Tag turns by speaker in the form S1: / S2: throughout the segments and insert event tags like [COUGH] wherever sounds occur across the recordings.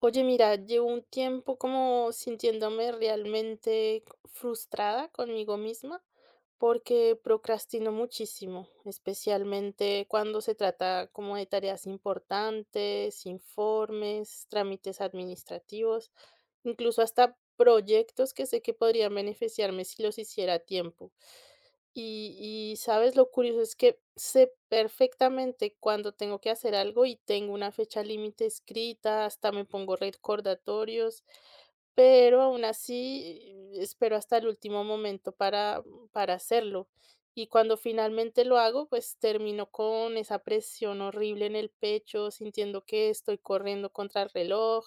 S1: Oye, mira, llevo un tiempo como sintiéndome realmente frustrada conmigo misma porque procrastino muchísimo, especialmente cuando se trata como de tareas importantes, informes, trámites administrativos, incluso hasta proyectos que sé que podrían beneficiarme si los hiciera a tiempo. Y, ¿sabes? Lo curioso es que sé perfectamente cuándo tengo que hacer algo y tengo una fecha límite escrita, hasta me pongo recordatorios, pero aún así espero hasta el último momento para hacerlo. Y cuando finalmente lo hago, pues termino con esa presión horrible en el pecho, sintiendo que estoy corriendo contra el reloj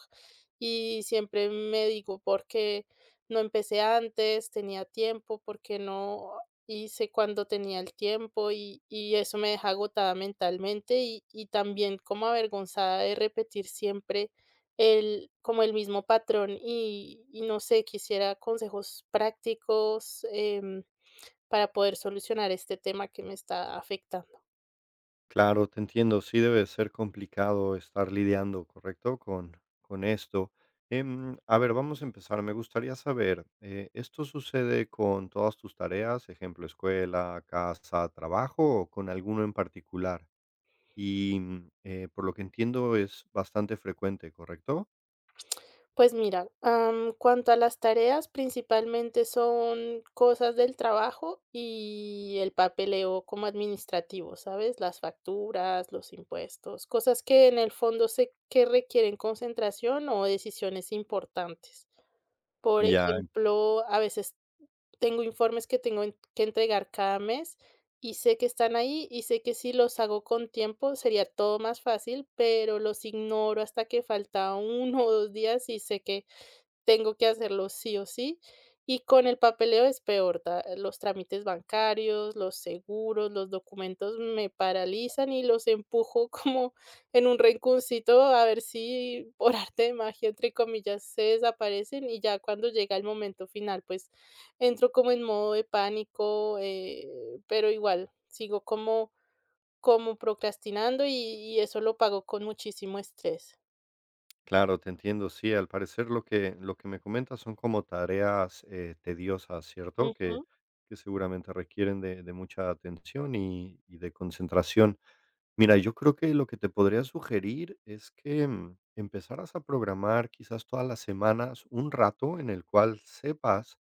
S1: y siempre me digo: "¿Por qué no empecé antes? Tenía tiempo, ¿por qué no y sé cuando tenía el tiempo y eso me deja agotada mentalmente y también como avergonzada de repetir siempre el como el mismo patrón y no sé, quisiera consejos prácticos, para poder solucionar este tema que me está afectando.
S2: Claro, te entiendo. Sí debe ser complicado estar lidiando, ¿correcto? Con esto. A ver, vamos a empezar. Me gustaría saber, ¿esto sucede con todas tus tareas? Ejemplo, escuela, casa, trabajo, o con alguno en particular. Y, por lo que entiendo, es bastante frecuente, ¿correcto?
S1: Pues mira, cuanto a las tareas, principalmente son cosas del trabajo y el papeleo como administrativo, ¿sabes? Las facturas, los impuestos, cosas que en el fondo sé que requieren concentración o decisiones importantes. Por
S2: Ya.
S1: ejemplo, a veces tengo informes que que entregar cada mes y sé que están ahí y sé que si los hago con tiempo sería todo más fácil, pero los ignoro hasta que falta uno o dos días y sé que tengo que hacerlo sí o sí. Y con el papeleo es peor, los trámites bancarios, los seguros, los documentos me paralizan y los empujo [LAUGHS] como en un rinconcito a ver si por arte de magia, entre comillas, se desaparecen y ya cuando llega el momento final, pues entro como en modo de pánico, pero igual sigo como, como procrastinando y eso lo pago con muchísimo estrés.
S2: Claro, te entiendo. Sí, al parecer lo que me comentas son como tareas, tediosas, ¿cierto? Que
S1: Ujú,
S2: que seguramente requieren de mucha atención y de concentración. Mira, yo creo que lo que te podría sugerir es que, empezaras a programar quizás todas las semanas un rato en el cual sepas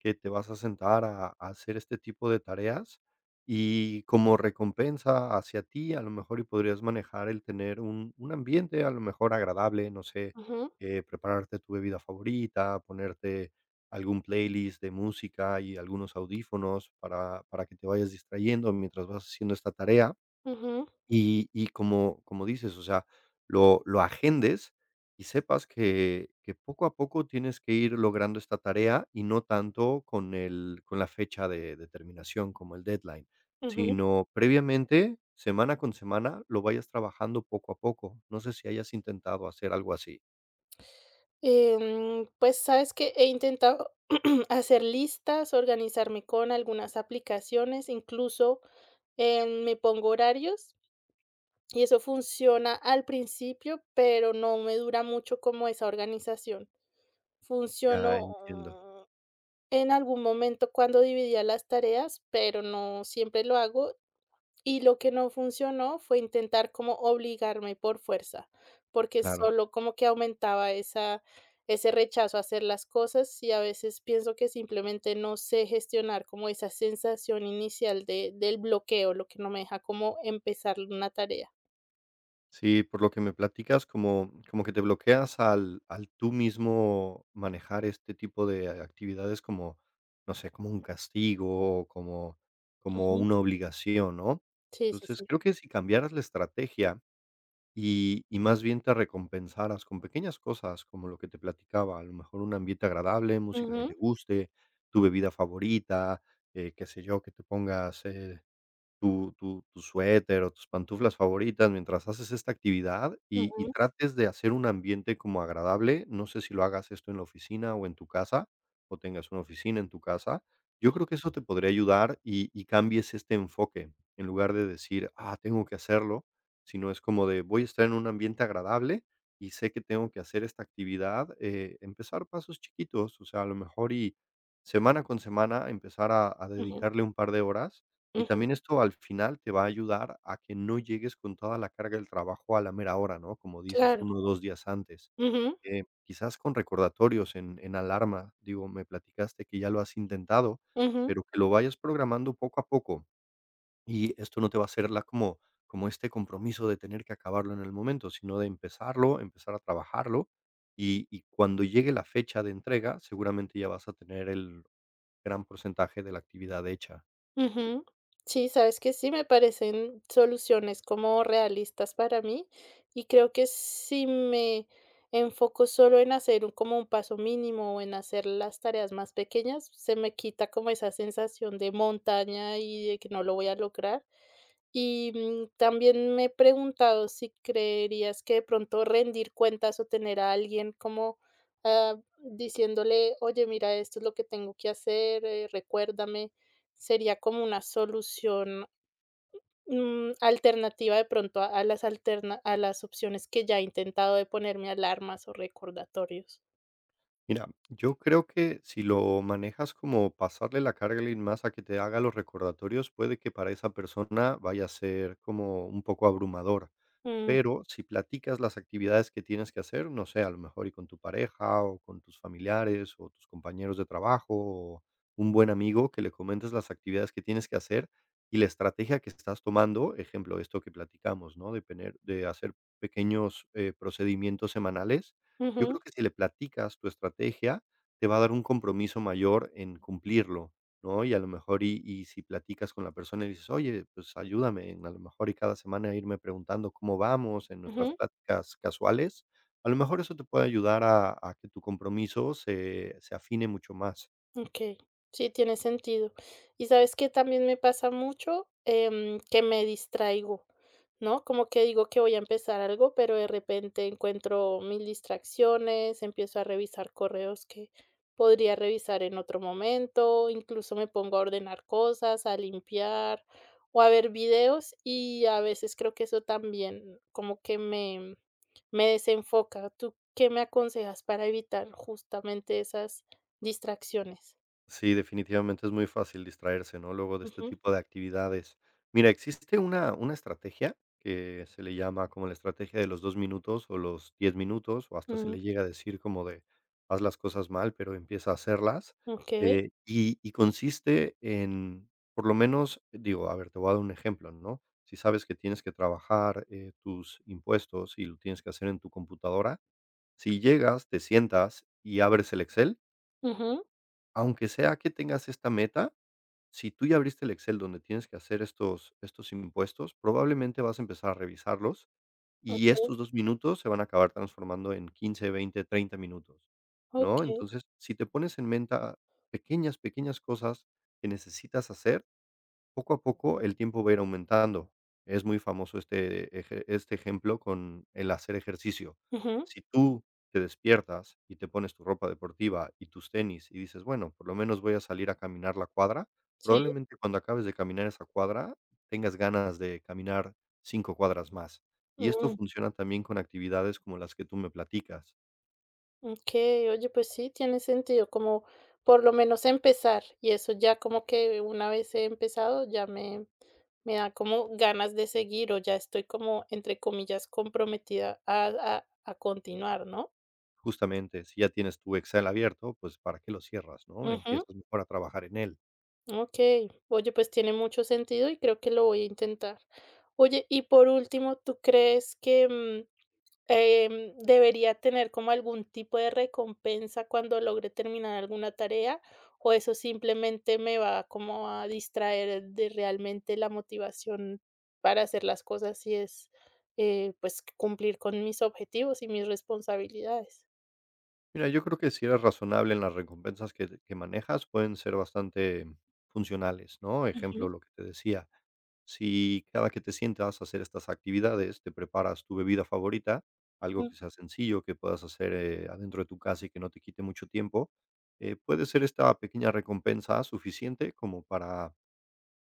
S2: que te vas a sentar a hacer este tipo de tareas. Y como recompensa hacia ti, a lo mejor y podrías manejar el tener un ambiente, a lo mejor agradable, no sé,
S1: ujú,
S2: prepararte tu bebida favorita, ponerte algún playlist de música y algunos audífonos para que te vayas distrayendo mientras vas haciendo esta tarea.
S1: ujú,
S2: Y como dices, o sea, lo agendes y sepas que poco a poco tienes que ir logrando esta tarea y no tanto con la fecha de terminación como el deadline,
S1: ujú.
S2: sino previamente, semana con semana, lo vayas trabajando poco a poco. No sé si hayas intentado hacer algo así.
S1: Pues, sabes que he intentado [CLEARS THROAT] hacer listas, organizarme con algunas aplicaciones, incluso, me pongo horarios y eso funciona al principio, pero no me dura mucho como esa organización.
S2: Ya entiendo,
S1: Funcionó, en algún momento cuando dividía las tareas, pero no siempre lo hago y lo que no funcionó fue intentar como obligarme por fuerza, porque
S2: claro.
S1: solo como que aumentaba esa ese rechazo a hacer las cosas, y a veces pienso que simplemente no sé gestionar como esa sensación inicial de del bloqueo, lo que no me deja como empezar una tarea.
S2: Sí, por lo que me platicas, como que te bloqueas al tú mismo manejar este tipo de actividades como, no sé, como un castigo, o como
S1: Ujú.
S2: una obligación, ¿no?
S1: Sí, sí,
S2: Entonces,
S1: sí.
S2: creo que si cambiaras la estrategia y más bien te recompensaras con pequeñas cosas, como lo que te platicaba, a lo mejor un ambiente agradable, música que te
S1: Ujú,
S2: guste, tu bebida favorita, qué sé yo, que te pongas, tu suéter o tus pantuflas favoritas mientras haces esta actividad y
S1: ujú,
S2: trates de hacer un ambiente como agradable. No sé si lo hagas esto en la oficina o en tu casa, o tengas una oficina en tu casa. Yo
S1: ujú,
S2: creo que eso te podría ayudar y cambies este enfoque, en lugar de decir: "Ah, tengo que hacerlo", sino es como de: "Voy a estar en un ambiente agradable y sé que tengo que hacer esta actividad", empezar pasos chiquitos, o sea, a lo mejor y semana con semana empezar a
S1: ujú,
S2: dedicarle un par de horas y
S1: ujú,
S2: también esto al final te va a ayudar a que no llegues con toda la carga del trabajo a la mera hora, ¿no? Como dices,
S1: claro.
S2: 1 o 2 días antes.
S1: Ujú,
S2: Quizás con recordatorios en alarma, digo, me platicaste que ya lo has intentado,
S1: ujú.
S2: pero que lo vayas programando poco a poco, y esto no te va a hacer la como este compromiso de tener que acabarlo en el momento, sino de empezarlo, empezar a trabajarlo, y cuando llegue la fecha de entrega, seguramente ya vas a tener el gran porcentaje de la actividad hecha.
S1: Ujú. Sí, sabes que sí me parecen soluciones como realistas para mí y creo que si me enfoco solo en hacer un, como un paso mínimo o en hacer las tareas más pequeñas, se me quita como esa sensación de montaña y de que no lo voy a lograr. Y, también me he preguntado si creerías que de pronto rendir cuentas o tener a alguien como, diciéndole: "Oye, mira, esto es lo que tengo que hacer, recuérdame", sería como una solución, alternativa de pronto a las opciones que ya he intentado de ponerme alarmas o recordatorios.
S2: Mira, yo creo que si lo manejas como pasarle la carga a alguien más a que te haga los recordatorios, puede que para esa persona vaya a ser como un poco abrumadora.
S1: Mm,
S2: Pero si platicas las actividades que tienes que hacer, no sé, a lo mejor y con tu pareja o con tus familiares o tus compañeros de trabajo o un buen amigo que le comentes las actividades que tienes que hacer y la estrategia que estás tomando, ejemplo, esto que platicamos, ¿no? De hacer pequeños procedimientos semanales, yo
S1: ujú,
S2: creo que si le platicas tu estrategia, te va a dar un compromiso mayor en cumplirlo. ¿No? Y a lo mejor y si platicas con la persona y dices: "Oye, pues ayúdame en a lo mejor y cada semana irme preguntando cómo vamos en nuestras
S1: ujú.
S2: pláticas casuales", a lo mejor eso te puede ayudar a que tu compromiso se afine mucho más.
S1: Okey, sí, tiene sentido. ¿Y sabes qué también me pasa mucho? Que me distraigo, ¿no? Como que digo que voy a empezar algo, pero de repente encuentro mil distracciones, empiezo a revisar correos que podría revisar en otro momento, incluso me pongo a ordenar cosas, a limpiar o a ver videos, y a veces creo que eso también como que me desenfoca. ¿Tú qué me aconsejas para evitar justamente esas distracciones?
S2: Sí, definitivamente es muy fácil distraerse, ¿no? Luego de este
S1: Ujú,
S2: tipo de actividades. Mira, existe una estrategia que se le llama como la estrategia de los 2 minutos o los 10 minutos, o hasta se
S1: mm,
S2: le llega a decir como de haz las cosas mal, pero empieza a hacerlas.
S1: okay.
S2: Y consiste en, por lo menos, digo, a ver, te voy a dar un ejemplo, ¿no? Si sabes que tienes que trabajar tus impuestos y lo tienes que hacer en tu computadora, si llegas, te sientas y abres el Excel,
S1: Ujú,
S2: aunque sea que tengas esta meta, si tú ya abriste el Excel donde tienes que hacer estos impuestos, probablemente vas a empezar a revisarlos, y
S1: okay,
S2: estos 2 minutos se van a acabar transformando en 15, 20, 30 minutos, ¿no?
S1: okay.
S2: Entonces, si te pones en mente pequeñas, pequeñas cosas que necesitas hacer poco a poco el tiempo va a ir aumentando. Es muy famoso este eje este ejemplo con el hacer ejercicio.
S1: Ujú,
S2: Si tú te despiertas y te pones tu ropa deportiva y tus tenis y dices: "Bueno, por lo menos voy a salir a caminar la cuadra",
S1: sí,
S2: probablemente cuando acabes de caminar esa cuadra tengas ganas de caminar 5 cuadras más. Y esto
S1: mm,
S2: funciona también con actividades como las que tú me platicas.
S1: okay. Oye, pues sí, tiene sentido, como por lo menos empezar, y eso ya como que una vez he empezado, ya me da como ganas de seguir, o ya estoy como, entre comillas, "comprometida" a continuar, ¿no?
S2: Justamente, si ya tienes tu Excel abierto, pues, ¿para qué lo cierras, no?
S1: Ujú,
S2: Empiezas mejor a trabajar en él.
S1: okey. Oye, pues tiene mucho sentido y creo que lo voy a intentar. Oye, y por último, ¿tú crees que, mm... ¿debería tener como algún tipo de recompensa cuando logre terminar alguna tarea, o eso simplemente me va como a distraer de realmente la motivación para hacer las cosas y es, pues, cumplir con mis objetivos y mis responsabilidades?
S2: Mira, yo creo que si eres razonable en las recompensas que manejas, pueden ser bastante funcionales, ¿no? Ejemplo,
S1: Ujú,
S2: lo que te decía, si cada que te sientas a hacer estas actividades, te preparas tu bebida favorita, algo
S1: mm,
S2: que sea sencillo, que puedas hacer, adentro de tu casa y que no te quite mucho tiempo, puede ser esta pequeña recompensa suficiente como para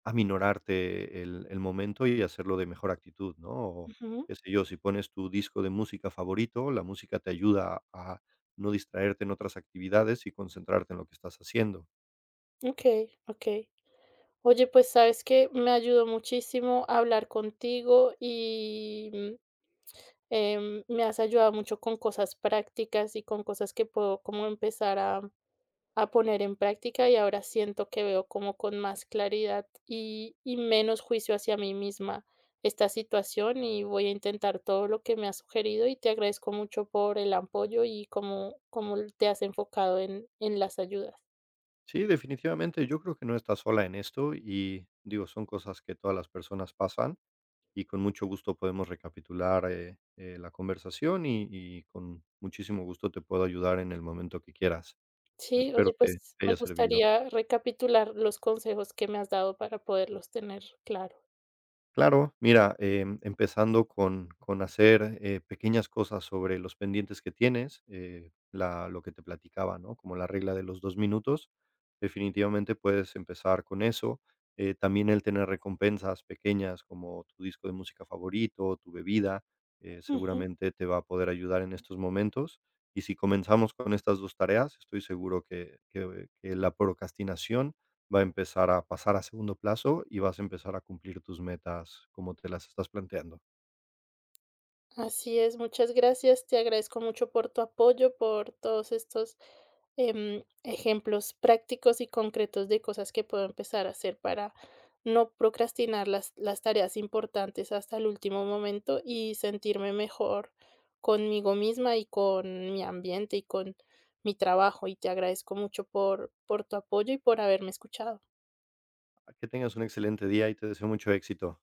S2: aminorarte el momento y hacerlo de mejor actitud, ¿no? O,
S1: ujú.
S2: qué sé yo, si pones tu disco de música favorito, la música te ayuda a no distraerte en otras actividades y concentrarte en lo que estás haciendo.
S1: Okey, okey. Oye, pues, ¿sabes que me ayudó muchísimo hablar contigo y, mm... me has ayudado mucho con cosas prácticas y con cosas que puedo como empezar a poner en práctica y ahora siento que veo como con más claridad y menos juicio hacia mí misma esta situación y voy a intentar todo lo que me has sugerido y te agradezco mucho por el apoyo y cómo, cómo te has enfocado en las ayudas.
S2: Sí, definitivamente, yo creo que no estás sola en esto y, digo, son cosas que todas las personas pasan, y con mucho gusto podemos recapitular, la conversación y con muchísimo gusto te puedo ayudar en el momento que quieras.
S1: Sí,
S2: Espero
S1: oye,
S2: que
S1: pues
S2: te
S1: me
S2: haya servido.
S1: gustaría recapitular los consejos que me has dado para poderlos tener claro.
S2: Claro, mira, empezando con hacer, pequeñas cosas sobre los pendientes que tienes, la lo que te platicaba, ¿no? Como la regla de los 2 minutos, definitivamente puedes empezar con eso. También el tener recompensas pequeñas como tu disco de música favorito, tu bebida,
S1: Ujú.
S2: seguramente te va a poder ayudar en estos momentos. Y si comenzamos con estas 2 tareas, estoy seguro que la procrastinación va a empezar a pasar a segundo plazo y vas a empezar a cumplir tus metas como te las estás planteando.
S1: Así es, muchas gracias. Te agradezco mucho por tu apoyo, por todos estos ejemplos prácticos y concretos de cosas que puedo empezar a hacer para no procrastinar las tareas importantes hasta el último momento y sentirme mejor conmigo misma y con mi ambiente y con mi trabajo. Y te agradezco mucho por tu apoyo y por haberme escuchado.
S2: Ah, que tengas un excelente día y te deseo mucho éxito.